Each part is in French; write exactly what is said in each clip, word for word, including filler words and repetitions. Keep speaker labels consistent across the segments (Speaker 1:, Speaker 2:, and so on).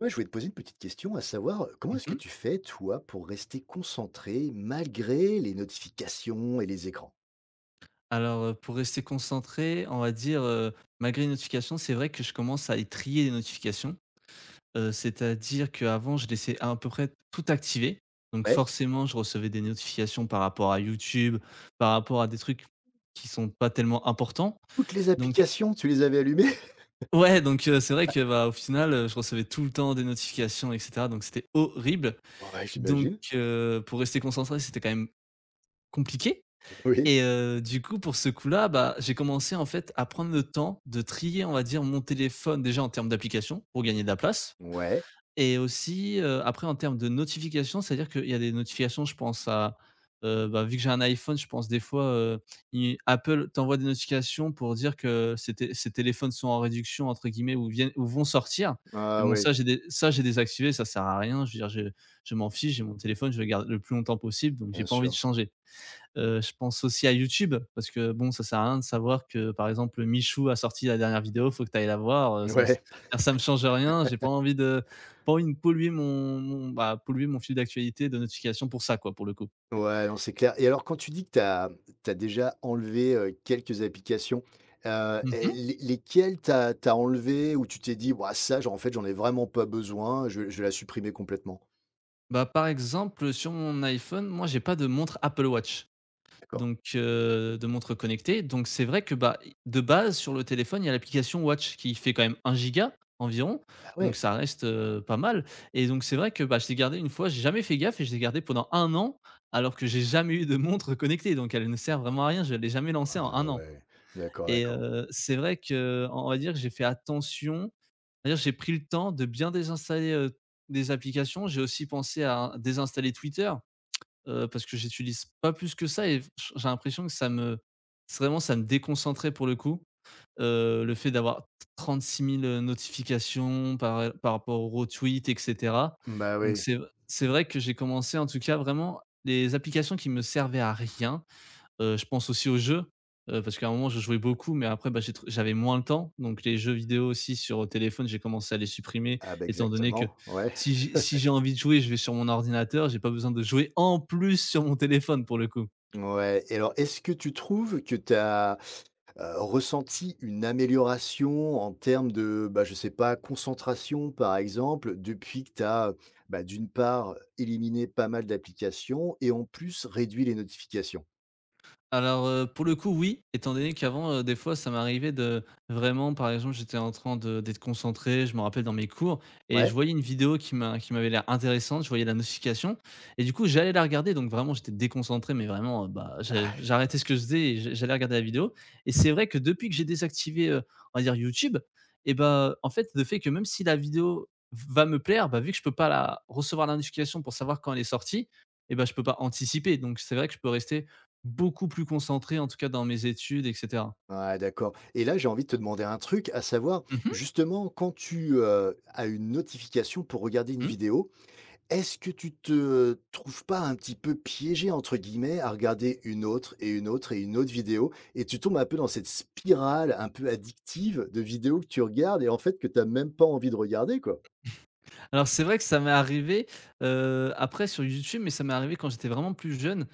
Speaker 1: Ouais, je voulais te poser une petite question, à savoir, euh, comment est-ce que
Speaker 2: Mmh.
Speaker 1: tu fais, toi, pour rester concentré malgré les notifications et les écrans?
Speaker 2: Alors, heu, pour rester concentré, on va dire, heu, malgré les notifications, c'est vrai que je commence à y trier les notifications. Heu, c'est-à-dire qu'avant, je laissais à peu près tout activé. Donc
Speaker 1: Ouais,
Speaker 2: forcément, je recevais des notifications par rapport à YouTube, par rapport à des trucs qui sont pas tellement importants.
Speaker 1: toutes les
Speaker 2: Donc
Speaker 1: applications, tu les avais allumées?
Speaker 2: ouais, donc heu, c'est vrai que, bah, au final, heu, je recevais tout le temps des notifications et cetera, donc c'était horrible.
Speaker 1: Ouais,
Speaker 2: Donc
Speaker 1: j'imagine.
Speaker 2: heu, pour rester concentré, c'était quand même compliqué.
Speaker 1: Oui.
Speaker 2: Et heu, du coup, pour ce coup-là, bah, j'ai commencé, en fait, à prendre le temps de trier, on va dire, mon téléphone, déjà en termes d'applications, pour gagner de la place,
Speaker 1: Ouais.
Speaker 2: et aussi, heu, après en termes de notifications, c'est-à-dire qu'il y a des notifications, je pense à, heu, bah, vu que j'ai un iPhone, je pense des fois, heu, i Apple t'envoie des notifications pour dire que ces té ces téléphones sont en réduction, entre guillemets, ou viennent ou vont sortir. Et
Speaker 1: Ah
Speaker 2: bon,
Speaker 1: ouais,
Speaker 2: ça, j'ai dé ça, j'ai désactivé, ça sert à rien. Je veux dire, je je m'en fiche, j'ai mon téléphone, je le garde le plus longtemps possible, donc j'ai
Speaker 1: bien
Speaker 2: pas envie de
Speaker 1: sûr.
Speaker 2: changer. Heu, je pense aussi à YouTube parce que bon, ça sert à rien de savoir que, par exemple, Michou a sorti la dernière vidéo, faut que tu ailles la voir. Heu, ça me
Speaker 1: Ouais.
Speaker 2: ça me change rien, j'ai pas envie de pas envie de polluer mon mon bah, polluer mon fil d'actualité de notifications pour ça, quoi, pour le coup.
Speaker 1: Ouais, non, c'est clair. Et alors quand tu dis que tu as déjà enlevé, heu, quelques applications, heu, et
Speaker 2: Mmh.
Speaker 1: les lesquelles t'as as enlevé ou tu t'es dit: «Ouah, ça, genre en fait, j'en ai vraiment pas besoin, je vais je vais la supprimer complètement»?
Speaker 2: Bah, par exemple, sur mon iPhone, moi, j'ai pas de montre Apple Watch.
Speaker 1: D'accord.
Speaker 2: Donc heu, de montres connectées, donc c'est vrai que, bah, de base sur le téléphone, il y a l'application Watch qui fait quand même un giga environ,
Speaker 1: Ah
Speaker 2: donc
Speaker 1: ouais!
Speaker 2: ça reste, heu, pas mal, et donc c'est vrai que, bah, je l'ai gardé une fois, j'ai jamais fait gaffe et je l'ai gardé pendant un an, alors que j'ai jamais eu de montre connectée, donc elle ne sert vraiment à rien, je l'ai jamais lancée en
Speaker 1: Ah
Speaker 2: un an.
Speaker 1: ouais. D'accord,
Speaker 2: Et
Speaker 1: d'accord.
Speaker 2: heu, c'est vrai que on va dire que j'ai fait attention, on va dire j'ai pris le temps de bien désinstaller, heu, des applications. J'ai aussi pensé à désinstaller Twitter. Heu, parce que j'utilise pas plus que ça, et j j'ai l'impression que ça me c'est vraiment ça me déconcentrait pour le coup. Heu, le fait d'avoir trente-six mille euh, notifications par, euh, par rapport aux retweets et cetera.
Speaker 1: Bah,
Speaker 2: Donc
Speaker 1: oui.
Speaker 2: c'est c'est vrai que j'ai commencé en tout cas vraiment les applications qui me servaient à rien. Heu, je pense aussi aux jeux, heu, parce qu'à un moment je jouais beaucoup, mais après, bah, j'ai tr j'avais moins le temps, donc les jeux vidéo aussi sur téléphone, j'ai commencé à les supprimer,
Speaker 1: Ah, bah,
Speaker 2: étant donné que
Speaker 1: exactement, ouais.
Speaker 2: si j'ai si j'ai envie de jouer, je vais sur mon ordinateur, j'ai pas besoin de jouer en plus sur mon téléphone pour le coup.
Speaker 1: Ouais et alors est-ce que tu trouves que tu as, heu, ressenti une amélioration en termes de, bah, je sais pas, concentration par exemple, depuis que tu as, bah, d'une part, éliminé pas mal d'applications et en plus réduit les notifications?
Speaker 2: Alors, heu, pour le coup, oui, étant donné qu'avant, heu, des fois, ça m'arrivait de vraiment, par exemple, j'étais en train de d'être concentré, je me rappelle dans mes cours, et je
Speaker 1: Ouais?
Speaker 2: voyais une vidéo qui m'a qui m'avait l'air intéressante, je voyais la notification, et du coup, j'allais la regarder. Donc vraiment, j'étais déconcentré mais vraiment, heu, bah, j'ai j'arrêtais ce que je faisais et j'a j'allais regarder la vidéo. Et c'est vrai que depuis que j'ai désactivé, heu, on va dire YouTube, et bah, en fait, le fait que même si la vidéo va me plaire, bah, vu que je peux pas la recevoir la notification pour savoir quand elle est sortie, et bah, je peux pas anticiper. Donc c'est vrai que je peux rester beaucoup plus concentré, en tout cas dans mes études et cetera.
Speaker 1: Ouais, d'accord. Et là, j'ai envie de te demander un truc, à savoir,
Speaker 2: Mmh
Speaker 1: justement, quand tu, heu, as une notification pour regarder une
Speaker 2: mh, mmh.
Speaker 1: vidéo, est-ce que tu te trouves pas un petit peu «piégé» entre guillemets à regarder une autre et une autre et une autre vidéo et tu tombes un peu dans cette spirale un peu addictive de vidéos que tu regardes et en fait que tu as même pas envie de regarder quoi?
Speaker 2: Alors c'est vrai que ça m'est arrivé, heu, après sur YouTube, mais ça m'est arrivé quand j'étais vraiment plus jeune,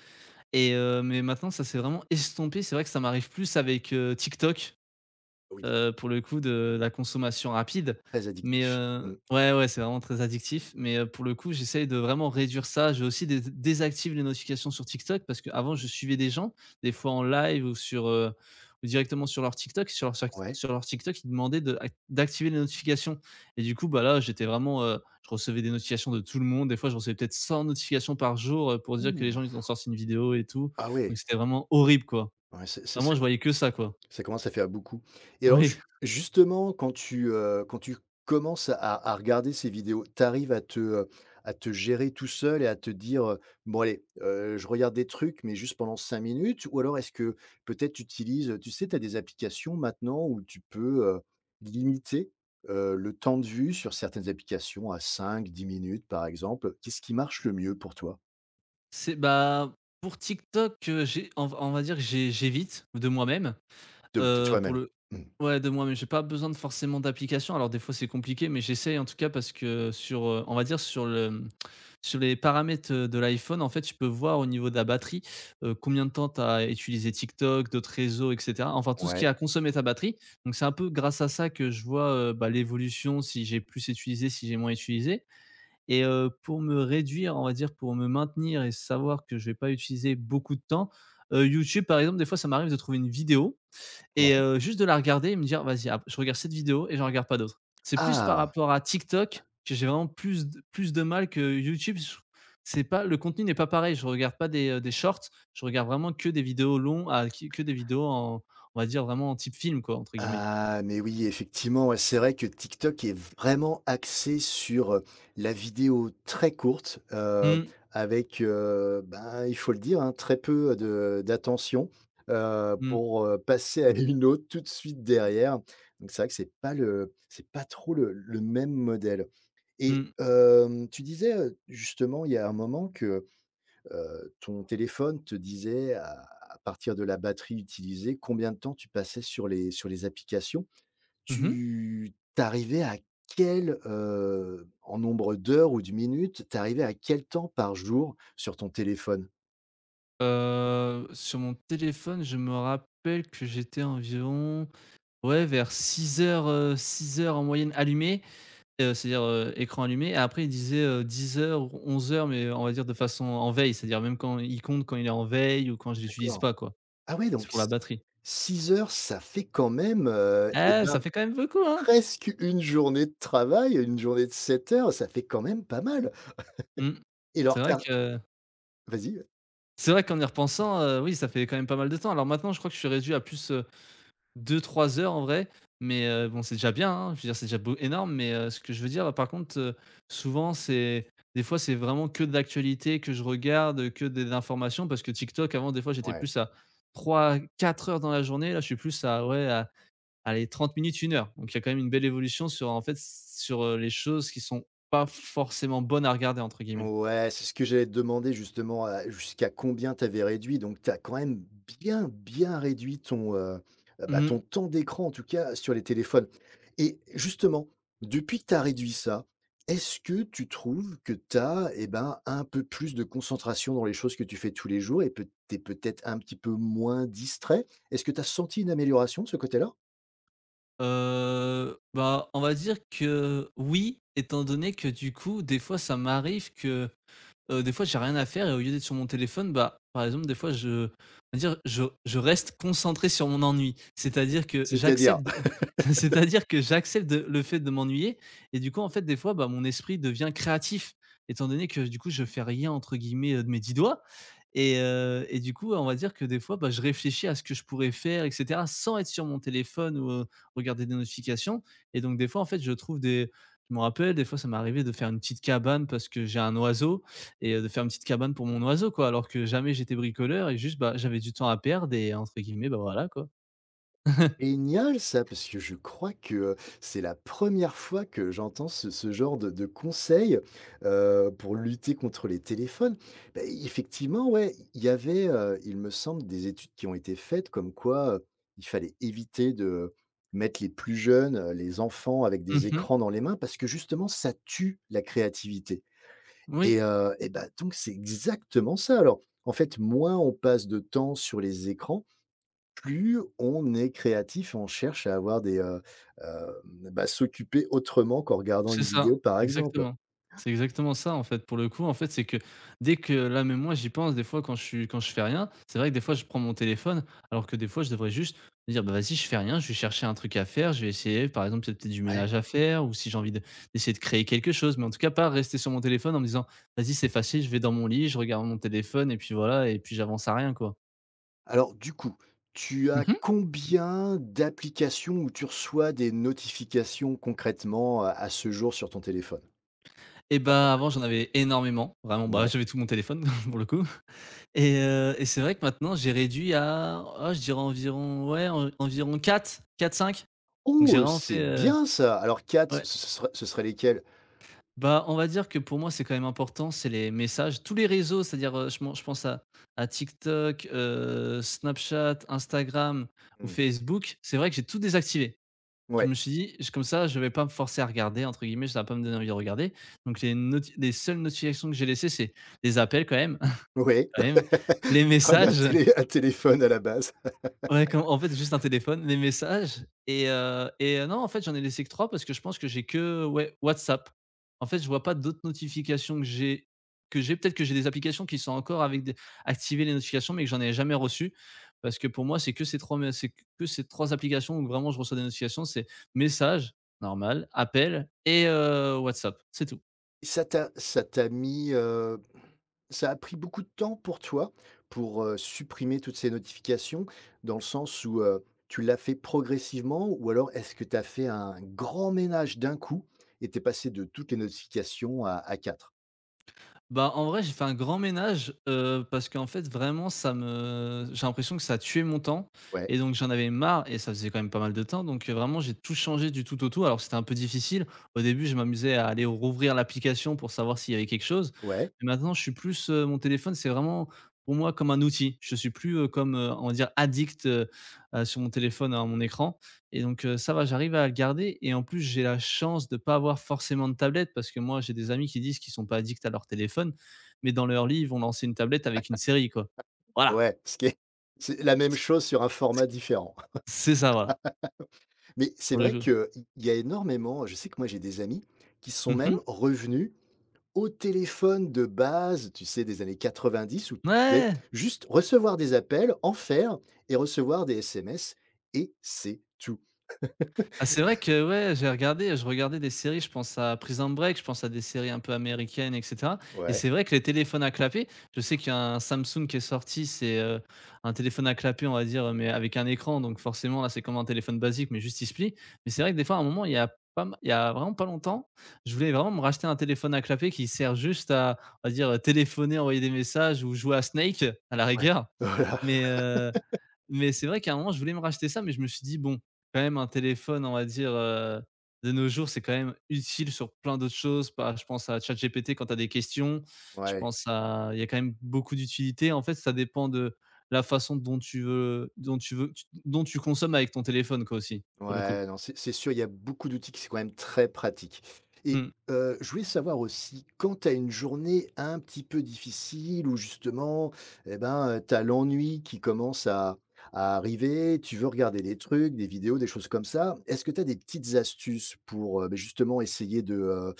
Speaker 2: et heu, mais maintenant ça s'est vraiment estompé. C'est vrai que ça m'arrive plus avec, heu, TikTok.
Speaker 1: Oui,
Speaker 2: Heu, pour le coup de la consommation rapide,
Speaker 1: très
Speaker 2: mais
Speaker 1: addictif.
Speaker 2: heu,
Speaker 1: Mmh,
Speaker 2: ouais, ouais, c'est vraiment très addictif, mais heu, pour le coup, j'essaye de vraiment réduire ça. J'ai aussi dés désactive les notifications sur TikTok parce qu'avant, je suivais des gens, des fois en live ou sur, heu, ou directement sur leur TikTok. Sur leur sur
Speaker 1: ouais.
Speaker 2: sur leur TikTok, ils demandaient de d'activer les notifications, et du coup, bah, là, j'étais vraiment, heu, je recevais des notifications de tout le monde. Des fois, je recevais peut-être cent notifications par jour, heu, pour dire que les
Speaker 1: Ouh!
Speaker 2: gens, ils ont sorti une vidéo et tout,
Speaker 1: Ah
Speaker 2: donc
Speaker 1: ouais,
Speaker 2: c'était vraiment horrible, quoi.
Speaker 1: ouais, c'est c'est
Speaker 2: Vraiment,
Speaker 1: ça.
Speaker 2: je voyais que ça, quoi.
Speaker 1: Ça commence à faire beaucoup. Et alors
Speaker 2: Oui.
Speaker 1: ju justement quand tu, heu, quand tu commences à à regarder ces vidéos, tu arrives à te, heu, à te gérer tout seul et à te dire, heu: «Bon allez, heu, je regarde des trucs mais juste pendant cinq minutes» ou alors est-ce que peut-être tu utilises, tu sais, tu as des applications maintenant où tu peux, heu, limiter, heu, le temps de vue sur certaines applications à cinq, dix minutes par exemple? Qu'est-ce qui marche le mieux pour toi?
Speaker 2: C'est bah, pour TikTok, heu, j'ai on va on va dire que j'ai j'évite de moi-même,
Speaker 1: De de
Speaker 2: heu, pour
Speaker 1: toi-même?
Speaker 2: le
Speaker 1: Mmh.
Speaker 2: ouais, de moi-même, j'ai pas besoin de forcément d'application. Alors des fois, c'est compliqué, mais j'essaye en tout cas parce que sur, heu, on va dire sur le, mmh, sur les paramètres, heu, de l'iPhone, en fait, tu peux voir au niveau de la batterie, heu, combien de temps tu as utilisé TikTok, d'autres réseaux et cetera. Enfin, tout ce qui
Speaker 1: Ouais,
Speaker 2: a consommé ta batterie. Donc c'est un peu grâce à ça que je vois, heu, bah, l'évolution, si j'ai plus utilisé, si j'ai moins utilisé. Et heu, pour me réduire, on va dire, pour me maintenir et savoir que je vais pas utiliser beaucoup de temps, heu, YouTube, par exemple, des fois, ça m'arrive de trouver une vidéo, et
Speaker 1: ouais.
Speaker 2: heu, juste de la regarder et me dire: «Vas-y, ap je regarde cette vidéo et j'en regarde pas d'autres». C'est plus par
Speaker 1: Ah!
Speaker 2: rapport à TikTok que j'ai vraiment plus d plus de mal que YouTube. Je C'est pas le contenu n'est pas pareil. Je regarde pas des, heu, des shorts. Je regarde vraiment que des vidéos longues, à qui que des vidéos en on va dire, vraiment en type film, quoi, entre guillemets.
Speaker 1: Ah, mais oui, effectivement, ouais, c'est vrai que TikTok est vraiment axé sur, heu, la vidéo très courte, heu,
Speaker 2: Mmh.
Speaker 1: avec, heu, ben, il faut le dire, hein, très peu de d'attention, heu,
Speaker 2: Mmh.
Speaker 1: pour, heu, passer à une autre tout de suite derrière. Donc c'est vrai que c'est pas le c'est pas trop le le même modèle. Et
Speaker 2: Mmh.
Speaker 1: hem, tu disais, heu, justement, il y a un moment que heu, ton téléphone te disait à à partir de la batterie utilisée, combien de temps tu passais sur les sur les applications.
Speaker 2: Mmh.
Speaker 1: Tu tu arrivais à quel, heu, en nombre d'heures ou de minutes, tu arrivais à quel temps par jour sur ton téléphone?
Speaker 2: Heu, sur mon téléphone, je me rappelle que j'étais environ, ouais, vers six heures, heu, 6 heures en moyenne allumé, heu, c'est-à-dire, heu, écran allumé. Et après, il disait, euh, dix heures, ou onze heures, mais on va dire de façon en veille, c'est-à-dire même quand il compte quand il est en veille ou quand je l'utilise
Speaker 1: D'accord.
Speaker 2: pas, quoi.
Speaker 1: Ah ouais,
Speaker 2: C'est
Speaker 1: donc
Speaker 2: pour la
Speaker 1: six
Speaker 2: batterie.
Speaker 1: heures, ça fait quand même, heu et
Speaker 2: Eh,
Speaker 1: ben,
Speaker 2: ça fait quand même beaucoup, hein?
Speaker 1: presque une journée de travail, une journée de sept heures, ça fait quand même pas mal.
Speaker 2: Mmh.
Speaker 1: Et
Speaker 2: C'est
Speaker 1: leur tu
Speaker 2: vrai que
Speaker 1: vas-y.
Speaker 2: c'est vrai qu'en y repensant, heu, oui, ça fait quand même pas mal de temps. Alors maintenant, je crois que je suis réduit à plus, euh, deux trois heures en vrai, mais heu, bon, c'est déjà bien, hein. Je veux dire, c'est déjà beau énorme, mais heu, ce que je veux dire, par contre, heu, souvent, c'est des fois, c'est vraiment que de l'actualité que je regarde, que des informations parce que TikTok, avant, des fois, j'étais
Speaker 1: Ouais.
Speaker 2: plus à trois quatre heures dans la journée. Là, je suis plus à, ouais, à allez, trente minutes, une heure. Donc il y a quand même une belle évolution sur, en fait, sur, heu, les choses qui sont pas forcément «bonnes à regarder» entre guillemets.
Speaker 1: Ouais, c'est ce que j'allais te demander justement, à jusqu'à combien tu avais réduit? Donc tu as quand même bien, bien réduit ton, heu, heu, bah,
Speaker 2: Mmh mh.
Speaker 1: ton temps d'écran, en tout cas sur les téléphones. Et justement, depuis que tu as réduit ça, est-ce que tu trouves que tu as, eh ben, un peu plus de concentration dans les choses que tu fais tous les jours et peut tu es peut-être un petit peu moins distrait? Est-ce que tu as senti une amélioration de ce côté-là?
Speaker 2: Bah, on va dire que oui, étant donné que, du coup, des fois, ça m'arrive que Heu, des fois j'ai rien à faire, et au lieu d'être sur mon téléphone, bah, par exemple des fois je on dire je je reste concentré sur mon ennui. C'est-à-dire que
Speaker 1: C'est-à-dire.
Speaker 2: j'accepte de c'est-à-dire que j'accepte de le fait de m'ennuyer, et du coup en fait des fois, bah, mon esprit devient créatif étant donné que du coup je «fais rien» entre guillemets, heu, de mes dix doigts, et heu et du coup on va dire que des fois, bah, je réfléchis à ce que je pourrais faire et cetera sans être sur mon téléphone ou, heu, regarder des notifications. Et donc des fois en fait je trouve des je me rappelle, des fois ça m'est arrivé de faire une petite cabane parce que j'ai un oiseau, et heu, de faire une petite cabane pour mon oiseau, quoi. Alors que jamais j'étais bricoleur et juste, bah, j'avais du temps à perdre, et entre guillemets, bah, voilà, quoi.
Speaker 1: Génial ça, parce que je crois que, heu, c'est la première fois que j'entends ce ce genre de de conseil, heu, pour lutter contre les téléphones. Bah, effectivement, ouais, il y avait, heu, il me semble des études qui ont été faites comme quoi, heu, il fallait éviter de mettre les plus jeunes, heu, les enfants avec des
Speaker 2: Mmh.
Speaker 1: écrans dans les mains parce que justement ça tue la créativité.
Speaker 2: Oui,
Speaker 1: Et heu et bah, donc c'est exactement ça alors. En fait, moins on passe de temps sur les écrans, plus on est créatif, on cherche à avoir des, heu, heu, bah, s'occuper autrement qu'en regardant
Speaker 2: c'est
Speaker 1: une
Speaker 2: ça,
Speaker 1: vidéo, par exemple.
Speaker 2: exactement. C'est exactement ça, en fait. Pour le coup, en fait, c'est que dès que là, même moi, j'y pense des fois quand je suis quand je fais rien, c'est vrai que des fois, je prends mon téléphone, alors que des fois, je devrais juste me dire: «Bah, vas-y, je fais rien, je vais chercher un truc à faire, je vais essayer». Par exemple, peut-être du
Speaker 1: Ouais.
Speaker 2: ménage à faire ou si j'ai envie de d'essayer de créer quelque chose, mais en tout cas, pas rester sur mon téléphone en me disant: «Vas-y, c'est facile, je vais dans mon lit, je regarde mon téléphone et puis voilà et puis j'avance à rien, quoi».
Speaker 1: Alors du coup, tu as
Speaker 2: Mmh.
Speaker 1: combien d'applications où tu reçois des notifications concrètement, heu, à ce jour sur ton téléphone?
Speaker 2: Et
Speaker 1: À peu
Speaker 2: bah, avant,
Speaker 1: près,
Speaker 2: j'en avais énormément, vraiment, bah,
Speaker 1: ouais.
Speaker 2: j'avais tout mon téléphone pour le coup et heu et c'est vrai que maintenant j'ai réduit à, oh, je dirais environ, ouais, en environ quatre quatre cinq. Donc j'ai
Speaker 1: Oh,
Speaker 2: vraiment fait,
Speaker 1: c'est
Speaker 2: heu,
Speaker 1: bien ça! Alors quatre,
Speaker 2: ouais,
Speaker 1: ce ce serait ce serait lesquelles?
Speaker 2: bah, on va dire que pour moi, c'est quand même important, c'est les messages, tous les réseaux, c'est-à-dire, heu, je pen je pense à à TikTok, heu, Snapchat, Instagram ou
Speaker 1: Mmh,
Speaker 2: Facebook. C'est vrai que j'ai tout désactivé. Je
Speaker 1: ouais,
Speaker 2: me suis dit: «Je comme ça, je vais pas me forcer à regarder» entre guillemets, ça va pas me donner envie de regarder. Donc les noti les seules notifications que j'ai laissées, c'est les appels quand même,
Speaker 1: ouais,
Speaker 2: quand même, les
Speaker 1: c'est quand même un
Speaker 2: messages.
Speaker 1: télé un téléphone à la base.
Speaker 2: Ouais, quand en fait, juste un téléphone, les messages et heu et heu, non, en fait, j'en ai laissé que trois parce que je pense que j'ai que, ouais, WhatsApp. En fait, je vois pas d'autres notifications que j'ai que j'ai peut-être que j'ai des applications qui sont encore avec des activées les notifications, mais que j'en ai jamais reçues parce que pour moi, c'est que ces trois me c'est que ces trois applications où vraiment je reçois des notifications, c'est messages, normal, appel et heu, WhatsApp, c'est tout.
Speaker 1: Ça t'a ça t'a mis, heu, ça a pris beaucoup de temps pour toi pour, heu, supprimer toutes ces notifications? Dans le sens où, heu, tu l'as fait progressivement ou alors est-ce que tu as fait un grand ménage d'un coup et tu es passé de toutes les notifications à à quatre?
Speaker 2: Bah, en vrai, j'ai fait un grand ménage, heu, parce qu'en fait, vraiment, ça me j'ai l'impression que ça tuait mon temps
Speaker 1: Ouais,
Speaker 2: et donc j'en avais marre et ça faisait quand même pas mal de temps donc heu, vraiment, j'ai tout changé du tout au tout. Alors, c'était un peu difficile. Au début, je m'amusais à aller rouvrir l'application pour savoir s'il y avait quelque chose.
Speaker 1: ouais,
Speaker 2: Mais maintenant, je suis plus, heu, mon téléphone, c'est vraiment pour moi comme un outil. Je suis plus, heu, comme, heu, on va dire, addict, heu heu, sur mon téléphone à mon écran. Et donc heu, ça va, j'arrive à le garder et en plus, j'ai la chance de ne pas avoir forcément de tablette parce que moi, j'ai des amis qui disent qu'ils sont pas addicts à leur téléphone, mais dans leur lit, ils vont lancer une tablette avec une série, quoi. Voilà,
Speaker 1: ouais, ce qui est c'est la même chose sur un format différent.
Speaker 2: c'est ça, voilà,
Speaker 1: Mais c'est
Speaker 2: pour le
Speaker 1: vrai
Speaker 2: coup.
Speaker 1: qu'il y a énormément. Je sais que moi j'ai des amis qui sont même
Speaker 2: Mmh.
Speaker 1: revenus au téléphone de base, tu sais, des années quatre-vingt-dix où tu pouvais
Speaker 2: Ouais!
Speaker 1: juste recevoir des appels, en faire et recevoir des S M S et c'est tout.
Speaker 2: Ah, c'est vrai que ouais, j'ai regardé je regardais des séries, je pense à Prison Break, je pense à des séries un peu américaines et cetera et
Speaker 1: Ouais,
Speaker 2: c'est vrai que les téléphones à clapet, je sais qu'il y a un Samsung qui est sorti, c'est, heu, un téléphone à clapet, on va dire, mais avec un écran donc forcément là, c'est comme un téléphone basique mais juste il se plie. Mais c'est vrai que des fois, à un moment, il y a pas m il y a vraiment pas longtemps, je voulais vraiment me racheter un téléphone à clapet qui sert juste à, on va dire, téléphoner, envoyer des messages ou jouer à Snake, à la
Speaker 1: ouais,
Speaker 2: rigueur.
Speaker 1: voilà,
Speaker 2: Mais heu mais c'est vrai qu'à un moment, je voulais me racheter ça, mais je me suis dit: «Bon, quand même un téléphone, on va dire, heu, de nos jours, c'est quand même utile sur plein d'autres choses». Bah, je pense à ChatGPT quand tu as des questions, je
Speaker 1: ouais.
Speaker 2: pense à il y a quand même beaucoup d'utilité. En fait, ça dépend de la façon dont tu veux dont tu veux dont tu consommes avec ton téléphone quoi aussi, pour le coup.
Speaker 1: Ouais, non, c'est c'est sûr, il y a beaucoup d'outils qui sont quand même très pratiques. Et
Speaker 2: Mmh.
Speaker 1: euh, je voulais savoir aussi, quand tu as une journée un petit peu difficile, où justement, eh ben, tu as l'ennui qui commence à, à arriver, tu veux regarder des trucs, des vidéos, des choses comme ça, est-ce que tu as des petites astuces pour euh, ben, justement essayer de euh,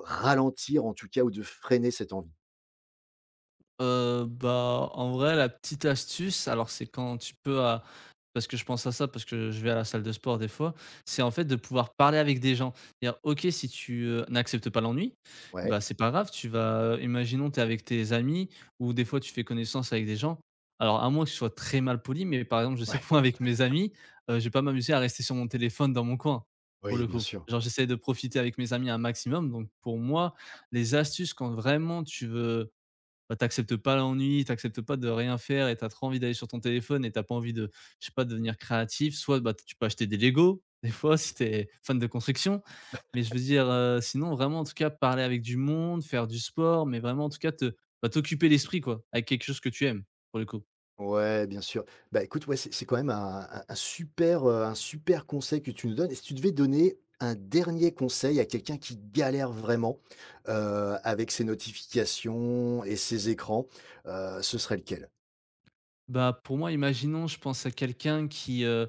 Speaker 1: ralentir, en tout cas, ou de freiner cette envie?
Speaker 2: Heu, bah, en vrai, la petite astuce, alors c'est quand tu peux à parce que je pense à ça, parce que je vais à la salle de sport des fois, c'est en fait de pouvoir parler avec des gens. Dire OK, si tu, heu, n'acceptes pas l'ennui,
Speaker 1: Ouais,
Speaker 2: bah, c'est pas grave, tu vas, euh, imaginons, tu es avec tes amis ou des fois tu fais connaissance avec des gens. Alors à moins que je sois très mal poli mais par exemple, je sais que
Speaker 1: ouais,
Speaker 2: moi avec mes amis, heu, je vais pas m'amuser à rester sur mon téléphone dans mon coin, pour
Speaker 1: oui,
Speaker 2: le
Speaker 1: bien
Speaker 2: coup.
Speaker 1: sûr.
Speaker 2: Genre j'essaie de profiter avec mes amis un maximum, donc pour moi, les astuces quand vraiment tu veux bah, t'acceptes pas l'ennui, t'acceptes pas de rien faire et t'as trop envie d'aller sur ton téléphone et t'as pas envie de, je sais pas, de devenir créatif. Soit, bah, tu peux acheter des Lego, des fois, si t'es fan de construction. Mais je veux dire, heu, sinon vraiment, en tout cas, parler avec du monde, faire du sport, mais vraiment, en tout cas, te bah, t'occuper l'esprit, quoi, avec quelque chose que tu aimes, pour le coup.
Speaker 1: Ouais, bien sûr. Bah, écoute, ouais, c'est c'est quand même un un un super, heu, un super conseil que tu nous donnes. Et si tu devais donner un dernier conseil à quelqu'un qui galère vraiment, heu, avec ses notifications et ses écrans, heu, ce serait lequel?
Speaker 2: Bah, pour moi, imaginons, je pense à quelqu'un qui euh,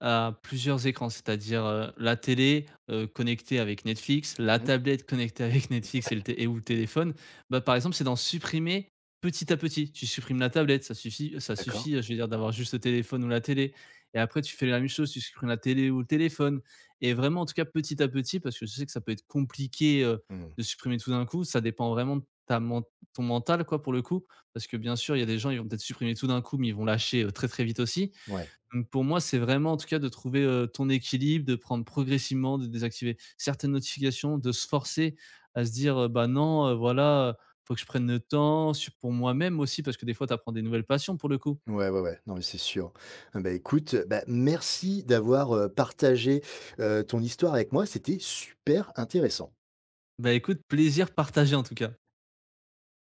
Speaker 2: a plusieurs écrans, c'est-à-dire euh, la télé euh, connectée avec Netflix, la
Speaker 1: Mmh,
Speaker 2: tablette connectée avec Netflix et, le té- et ou le téléphone. Bah, par exemple, c'est d'en supprimer petit à petit. Tu supprimes la tablette, ça suffit, ça
Speaker 1: d'accord.
Speaker 2: suffit, euh, je veux dire, d'avoir juste le téléphone ou la télé. Et après, tu fais la même chose, tu supprimes la télé ou le téléphone. Et vraiment, en tout cas, petit à petit, parce que je sais que ça peut être compliqué euh,
Speaker 1: Mmh.
Speaker 2: de supprimer tout d'un coup, ça dépend vraiment de ta, men- ton mental, quoi, pour le coup parce que bien sûr, il y a des gens, ils vont peut-être supprimer tout d'un coup, mais ils vont lâcher, heu, très, très vite aussi.
Speaker 1: Ouais.
Speaker 2: Donc pour moi, c'est vraiment en tout cas de trouver, heu, ton équilibre, de prendre progressivement, de désactiver certaines notifications, de se forcer à se dire, heu: «Bah non, heu, voilà, heu, faut que je prenne le temps» sur pour moi-même aussi, parce que des fois, tu apprends des nouvelles passions pour le coup.
Speaker 1: Ouais, ouais, ouais. Non, mais c'est sûr. Ah, bah, écoute, bah, merci d'avoir, heu, partagé, heu, ton histoire avec moi. C'était super intéressant.
Speaker 2: Bah écoute, plaisir partagé en tout cas.